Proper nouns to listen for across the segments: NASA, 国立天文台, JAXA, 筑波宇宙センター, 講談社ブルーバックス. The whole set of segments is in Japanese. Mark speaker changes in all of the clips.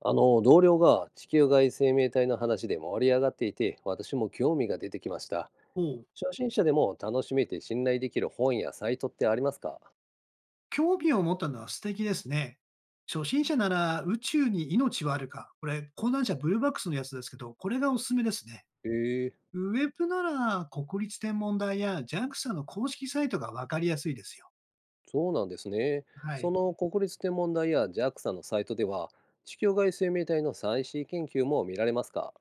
Speaker 1: 同僚が地球外生命体の話で盛り上がっていて、私も興味が出てきました。
Speaker 2: おう、
Speaker 1: 初心者でも楽しめて信頼できる本やサイトってありますか？
Speaker 2: 興味を持ったのは素敵ですね。初心者なら宇宙に命はあるか。これ、講談社ブルーバックスのやつですけど、これがおすすめですね。
Speaker 1: へえ。
Speaker 2: ウェブなら国立天文台や JAXA の公式サイトがわかりやすいですよ。
Speaker 1: そうなんですね。
Speaker 2: はい。
Speaker 1: その国立天文台や JAXA のサイトでは、地球外生命体の最新研究も見られますか？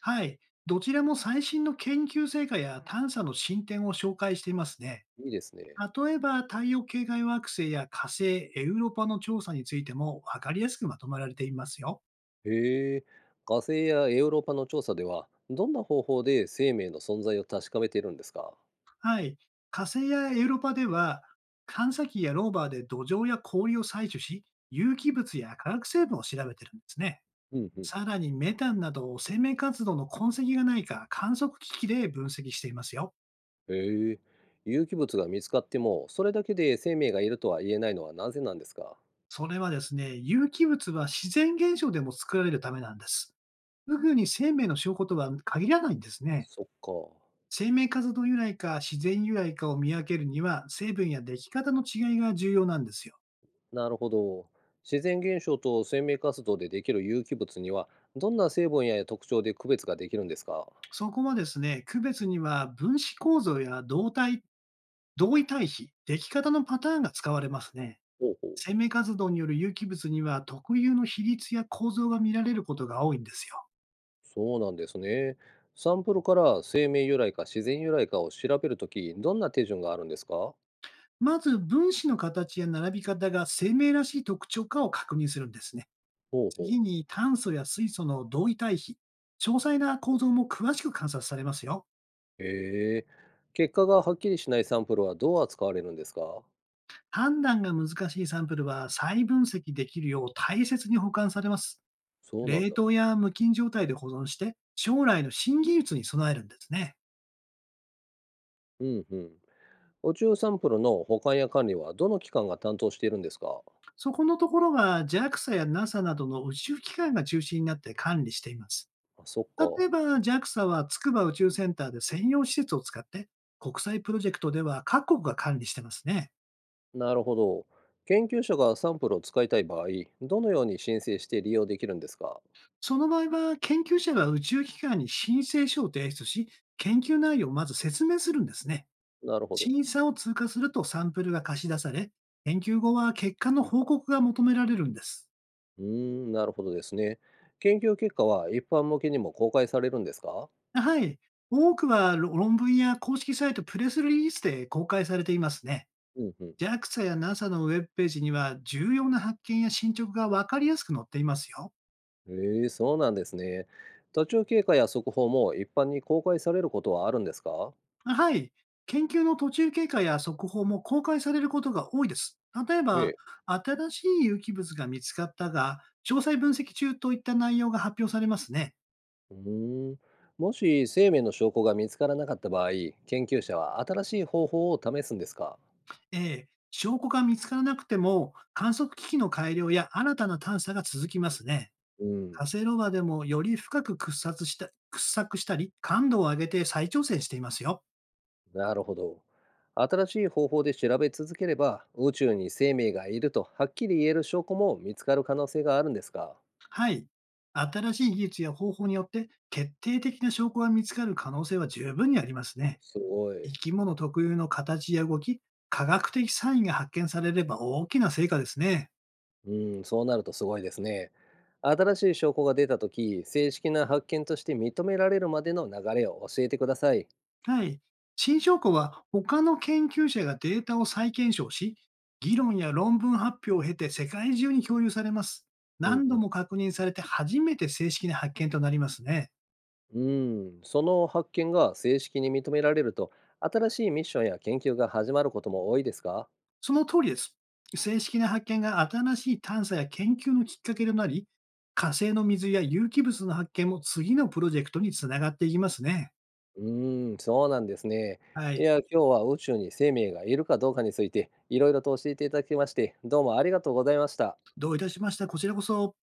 Speaker 2: はい。どちらも最新の研究成果や探査の進展を紹介していますね。
Speaker 1: いいですね。
Speaker 2: 例えば、太陽系外惑星や火星、エウロパの調査についてもわかりやすくまとめられていますよ。
Speaker 1: へえ、火星やヨーロッパの調査ではどんな方法で生命の存在を確かめているんですか？
Speaker 2: はい。火星やエウロパでは、探査機やローバーで土壌や氷を採取し、有機物や化学成分を調べてるんですね。
Speaker 1: うんうん。
Speaker 2: さらにメタンなど生命活動の痕跡がないか観測機器で分析していますよ。
Speaker 1: へえ、有機物が見つかっても、それだけで生命がいるとは言えないのはなぜなんですか？
Speaker 2: それはですね、有機物は自然現象でも作られるためなんです。すぐに生命の証拠とは限らないんですね。
Speaker 1: そっか。
Speaker 2: 生命活動由来か自然由来かを見分けるには成分や出来方の違いが重要なんですよ。
Speaker 1: なるほど。自然現象と生命活動でできる有機物には、どんな成分や特徴で区別ができるんですか？
Speaker 2: そこはですね、区別には分子構造や動体同位対比、出来方のパターンが使われますね。
Speaker 1: ほうほう。
Speaker 2: 生命活動による有機物には特有の比率や構造が見られることが多いんですよ。
Speaker 1: そうなんですね。サンプルから生命由来か自然由来かを調べるとき、どんな手順があるんですか？
Speaker 2: まず分子の形や並び方が生命らしい特徴かを確認するんですね。
Speaker 1: ほうほう。
Speaker 2: 次に炭素や水素の同位対比、詳細な構造も詳しく観察されますよ。
Speaker 1: へえ、結果がはっきりしないサンプルはどう扱われるんですか？
Speaker 2: 判断が難しいサンプルは再分析できるよう大切に保管されます。
Speaker 1: そうなん
Speaker 2: 冷
Speaker 1: だ。
Speaker 2: 凍や無菌状態で保存して、将来の新技術に備えるんですね。
Speaker 1: うんうん。宇宙サンプルの保管や管理はどの機関が担当しているんですか？
Speaker 2: そこのところは JAXA や NASA などの宇宙機関が中心になって管理しています。
Speaker 1: あ、そっ
Speaker 2: 例
Speaker 1: か。
Speaker 2: えば JAXA は筑波宇宙センターで専用施設を使って、国際プロジェクトでは各国が管理してますね。
Speaker 1: なるほど。研究者がサンプルを使いたい場合、どのように申請して利用できるんですか？
Speaker 2: その場合は研究者が宇宙機関に申請書を提出し、研究内容をまず説明するんですね。
Speaker 1: なるほど。
Speaker 2: 審査を通過するとサンプルが貸し出され、研究後は結果の報告が求められるんです。
Speaker 1: うーん、なるほどですね。研究結果は一般向けにも公開されるんですか？
Speaker 2: はい。多くはろ論文や公式サイト、プレスリリースで公開されていますね。
Speaker 1: うんうん。
Speaker 2: JAXA や NASA のウェブページには重要な発見や進捗がわかりやすく載っていますよ。
Speaker 1: ええ、そうなんですね。途中経過や速報も一般に公開されることはあるんですか？
Speaker 2: はい。研究の途中経過や速報も公開されることが多いです。例え
Speaker 1: え
Speaker 2: ば、
Speaker 1: え。
Speaker 2: 新しい有機物が見つかったが、詳細分析中といった内容が発表されますね。
Speaker 1: うーん。もし生命の証拠が見つからなかった場合、研究者は新しい方法を試すんですか？
Speaker 2: ええ、証拠が見つからなくても、観測機器の改良や新たな探査が続きますね。
Speaker 1: うん、
Speaker 2: カセロバでもより深く掘削したり、感度を上げて再挑戦していますよ。
Speaker 1: なるほど。新しい方法で調べ続ければ、宇宙に生命がいるとはっきり言える証拠も見つかる可能性があるんですか？
Speaker 2: はい。新しい技術や方法によって決定的な証拠が見つかる可能性は十分にありますね。
Speaker 1: すごい。
Speaker 2: 生き物特有の形や動き、科学的サインが発見されれば大きな成果ですね。
Speaker 1: うん、そうなるとすごいですね。新しい証拠が出たとき、正式な発見として認められるまでの流れを教えてください。
Speaker 2: はい。新証拠は他の研究者がデータを再検証し、議論や論文発表を経て世界中に共有されます。
Speaker 1: うん
Speaker 2: 何
Speaker 1: う
Speaker 2: 度
Speaker 1: ん。
Speaker 2: も確認されて初めて正式な発見となりますね。
Speaker 1: うん、その発見が正式に認められると、新しいミッションや研究が始まることも多いですか？
Speaker 2: その通りです。正式な発見が新しい探査や研究のきっかけとなり、火星の水や有機物の発見も次のプロジェクトにつながっていきますね。
Speaker 1: うーん、そうなんですね。
Speaker 2: は
Speaker 1: い
Speaker 2: い。
Speaker 1: や、今日は宇宙に生命がいるかどうかについて、いろいろと教えていただきまして、どうもありがとうございました。
Speaker 2: どういたしました。こちらこそ。